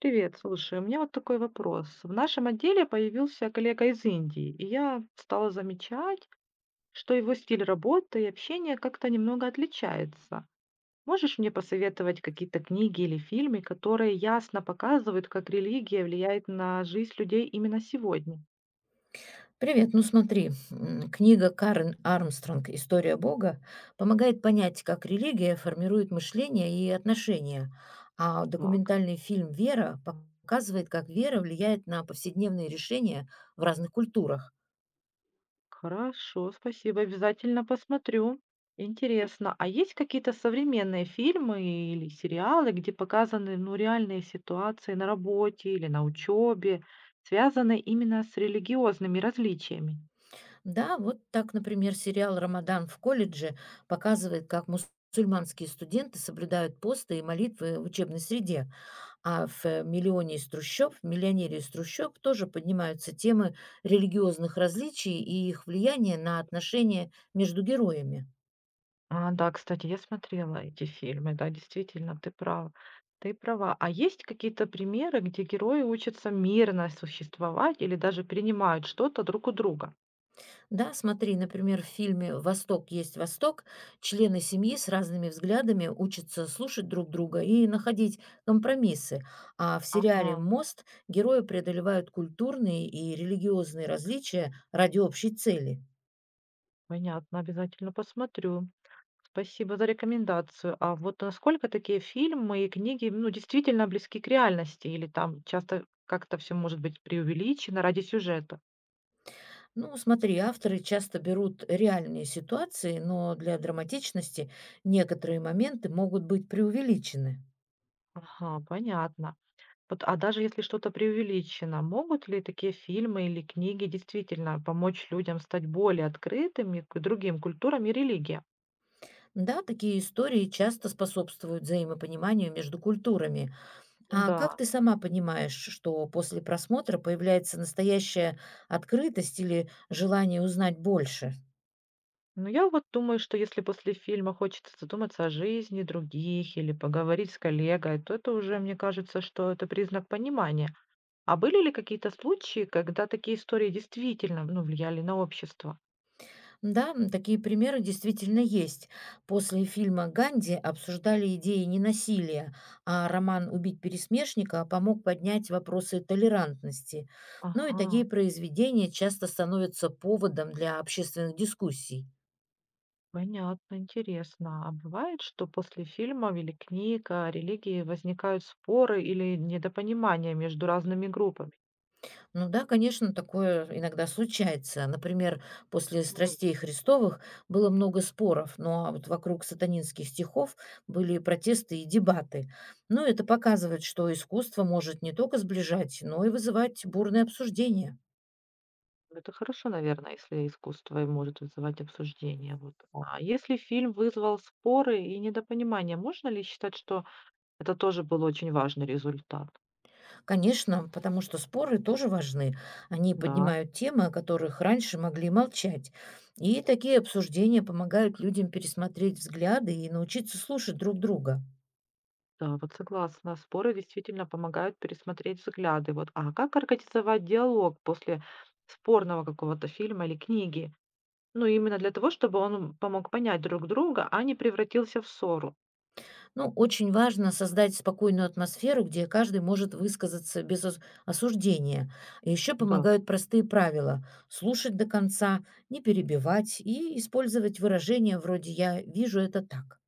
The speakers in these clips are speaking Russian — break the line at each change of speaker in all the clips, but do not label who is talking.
Привет, слушай, у меня вот такой вопрос. В нашем отделе появился коллега из Индии, и я стала замечать, что его стиль работы и общения как-то немного отличается. Можешь мне посоветовать какие-то книги или фильмы, которые ясно показывают, как религия влияет на жизнь людей именно сегодня?
Привет, ну смотри, книга Карен Армстронг «История Бога» помогает понять, как религия формирует мышление и отношения, а
Так.
документальный фильм «Вера» показывает, как вера влияет на повседневные решения в разных культурах.
Хорошо, спасибо, обязательно посмотрю. Интересно, а есть какие-то современные фильмы или сериалы, где показаны, ну, реальные ситуации на работе или на учебе, связанные именно с религиозными различиями?
Да, вот так, например, сериал «Рамадан в колледже» показывает, как мусульманские студенты соблюдают посты и молитвы в учебной среде. В "Миллионере из трущоб" тоже поднимаются темы религиозных различий и их влияние на отношения между героями.
А, да, кстати, я смотрела эти фильмы, да, действительно, ты прав. Ты права. А есть какие-то примеры, где герои учатся мирно существовать или даже принимают что-то друг у друга?
Да, смотри, например, в фильме "Восток есть Восток" члены семьи с разными взглядами учатся слушать друг друга и находить компромиссы, а в сериале
Ага.
"Мост" герои преодолевают культурные и религиозные различия ради общей цели.
Понятно, обязательно посмотрю. Спасибо за рекомендацию. А вот насколько такие фильмы и книги, ну, действительно близки к реальности, или там часто как-то все может быть преувеличено ради сюжета?
Ну, смотри, авторы часто берут реальные ситуации, но для драматичности некоторые моменты могут быть преувеличены.
Ага, понятно. Вот, а даже если что-то преувеличено, могут ли такие фильмы или книги действительно помочь людям стать более открытыми к другим культурам и религиям?
Да, такие истории часто способствуют взаимопониманию между культурами. А как
Да.
ты сама понимаешь, что после просмотра появляется настоящая открытость или желание узнать больше?
Ну, я вот думаю, что если после фильма хочется задуматься о жизни других или поговорить с коллегой, то это уже, мне кажется, что это признак понимания. А были ли какие-то случаи, когда такие истории действительно, ну, влияли на общество?
Да, такие примеры действительно есть. После фильма «Ганди» обсуждали идеи ненасилия, а роман «Убить пересмешника» помог поднять вопросы толерантности. Ну и
Ага,
такие произведения часто становятся поводом для общественных дискуссий.
понятно, интересно. А бывает, что после фильмов или книг о религии возникают споры или недопонимания между разными группами?
Ну да, конечно, такое иногда случается. Например, после страстей Христовых было много споров, но а вот вокруг сатанинских стихов были протесты и дебаты. Ну, это показывает, что искусство может не только сближать, но и вызывать бурные обсуждения.
Это хорошо, наверное, если искусство и может вызывать обсуждение. Вот. А если фильм вызвал споры и недопонимание, можно ли считать, что это тоже был очень важный результат?
Конечно, потому что споры тоже важны. Они
Да,
поднимают темы, о которых раньше могли молчать. И такие обсуждения помогают людям пересмотреть взгляды и научиться слушать друг друга.
да, вот согласна. Споры действительно помогают пересмотреть взгляды. Вот. А как организовать диалог после спорного какого-то фильма или книги? Ну, именно для того, чтобы он помог понять друг друга, а не превратился в ссору.
Ну, очень важно создать спокойную атмосферу, где каждый может высказаться без осуждения. Еще
Да,
помогают простые правила– слушать до конца, не перебивать и использовать выражения вроде «я вижу это так».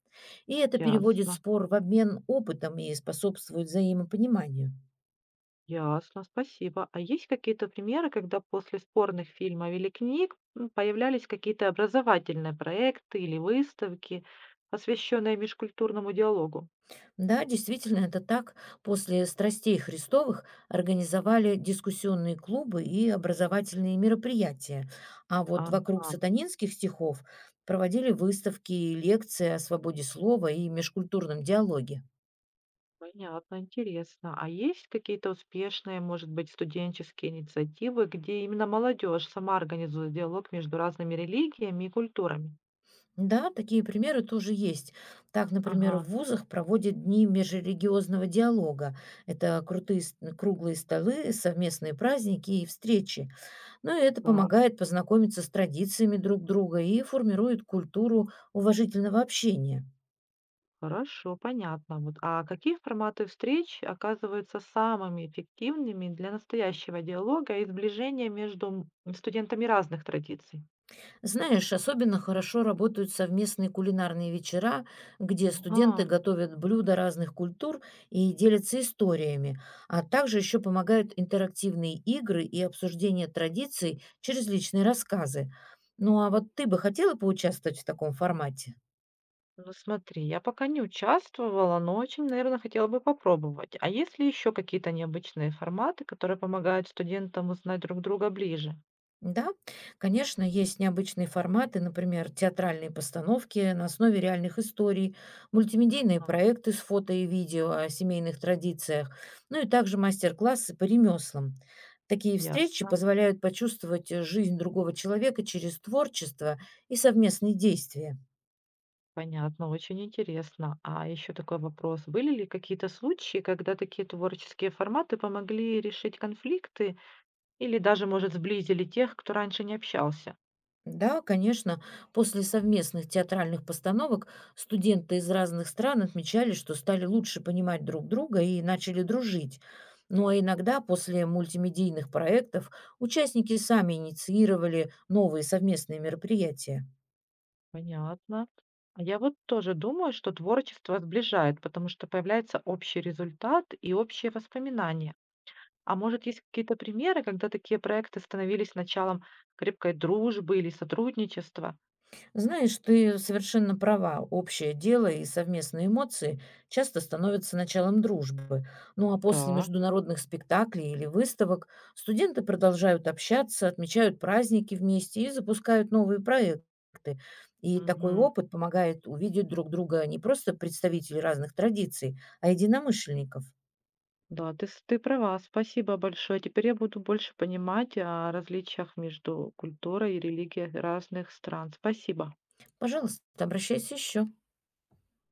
И это переводит
ясно.
спор в обмен опытом и способствует взаимопониманию.
Ясно, спасибо. А есть какие-то примеры, когда после спорных фильмов или книг появлялись какие-то образовательные проекты или выставки, посвященные межкультурному диалогу?
Да, действительно, это так. После страстей Христовых организовали дискуссионные клубы и образовательные мероприятия. А вот вокруг
Ага,
сатанинских стихов проводили выставки и лекции о свободе слова и межкультурном диалоге.
понятно, интересно. А есть какие-то успешные, может быть, студенческие инициативы, где именно молодежь сама организует диалог между разными религиями и культурами?
Да, такие примеры тоже есть. Так, например,
Ага,
в вузах проводят дни межрелигиозного диалога. Это круглые столы, совместные праздники и встречи. Ну и это
так.
помогает познакомиться с традициями друг друга и формирует культуру уважительного общения.
Хорошо, понятно. Вот. А какие форматы встреч оказываются самыми эффективными для настоящего диалога и сближения между студентами разных традиций?
Знаешь, особенно хорошо работают совместные кулинарные вечера, где студенты
Ага,
готовят блюда разных культур и делятся историями, а также еще помогают интерактивные игры и обсуждение традиций через личные рассказы. Ну а вот ты бы хотела поучаствовать в таком формате?
ну смотри, я пока не участвовала, но очень, наверное, хотела бы попробовать. А есть ли еще какие-то необычные форматы, которые помогают студентам узнать друг друга ближе?
Да, конечно, есть необычные форматы, например, театральные постановки на основе реальных историй, мультимедийные
А,
проекты с фото и видео о семейных традициях, ну и также мастер-классы по ремеслам. Такие встречи
ясно,
позволяют почувствовать жизнь другого человека через творчество и совместные действия.
понятно, очень интересно. А еще такой вопрос. Были ли какие-то случаи, когда такие творческие форматы помогли решить конфликты, или даже, может, сблизили тех, кто раньше не общался.
Да, конечно. После совместных театральных постановок студенты из разных стран отмечали, что стали лучше понимать друг друга и начали дружить. Ну а иногда после мультимедийных проектов участники сами инициировали новые совместные мероприятия.
Понятно. А я вот тоже думаю, что творчество сближает, потому что появляется общий результат и общие воспоминания. А может, есть какие-то примеры, когда такие проекты становились началом крепкой дружбы или сотрудничества?
Знаешь, ты совершенно права. Общее дело и совместные эмоции часто становятся началом дружбы. Ну а после
Да.
международных спектаклей или выставок студенты продолжают общаться, отмечают праздники вместе и запускают новые проекты. И такой
Мгм.
опыт помогает увидеть друг друга не просто представителей разных традиций, а единомышленников.
Да, ты, ты права, спасибо большое. Теперь я буду больше понимать о различиях между культурой и религией разных стран. Спасибо.
Пожалуйста, обращайся еще.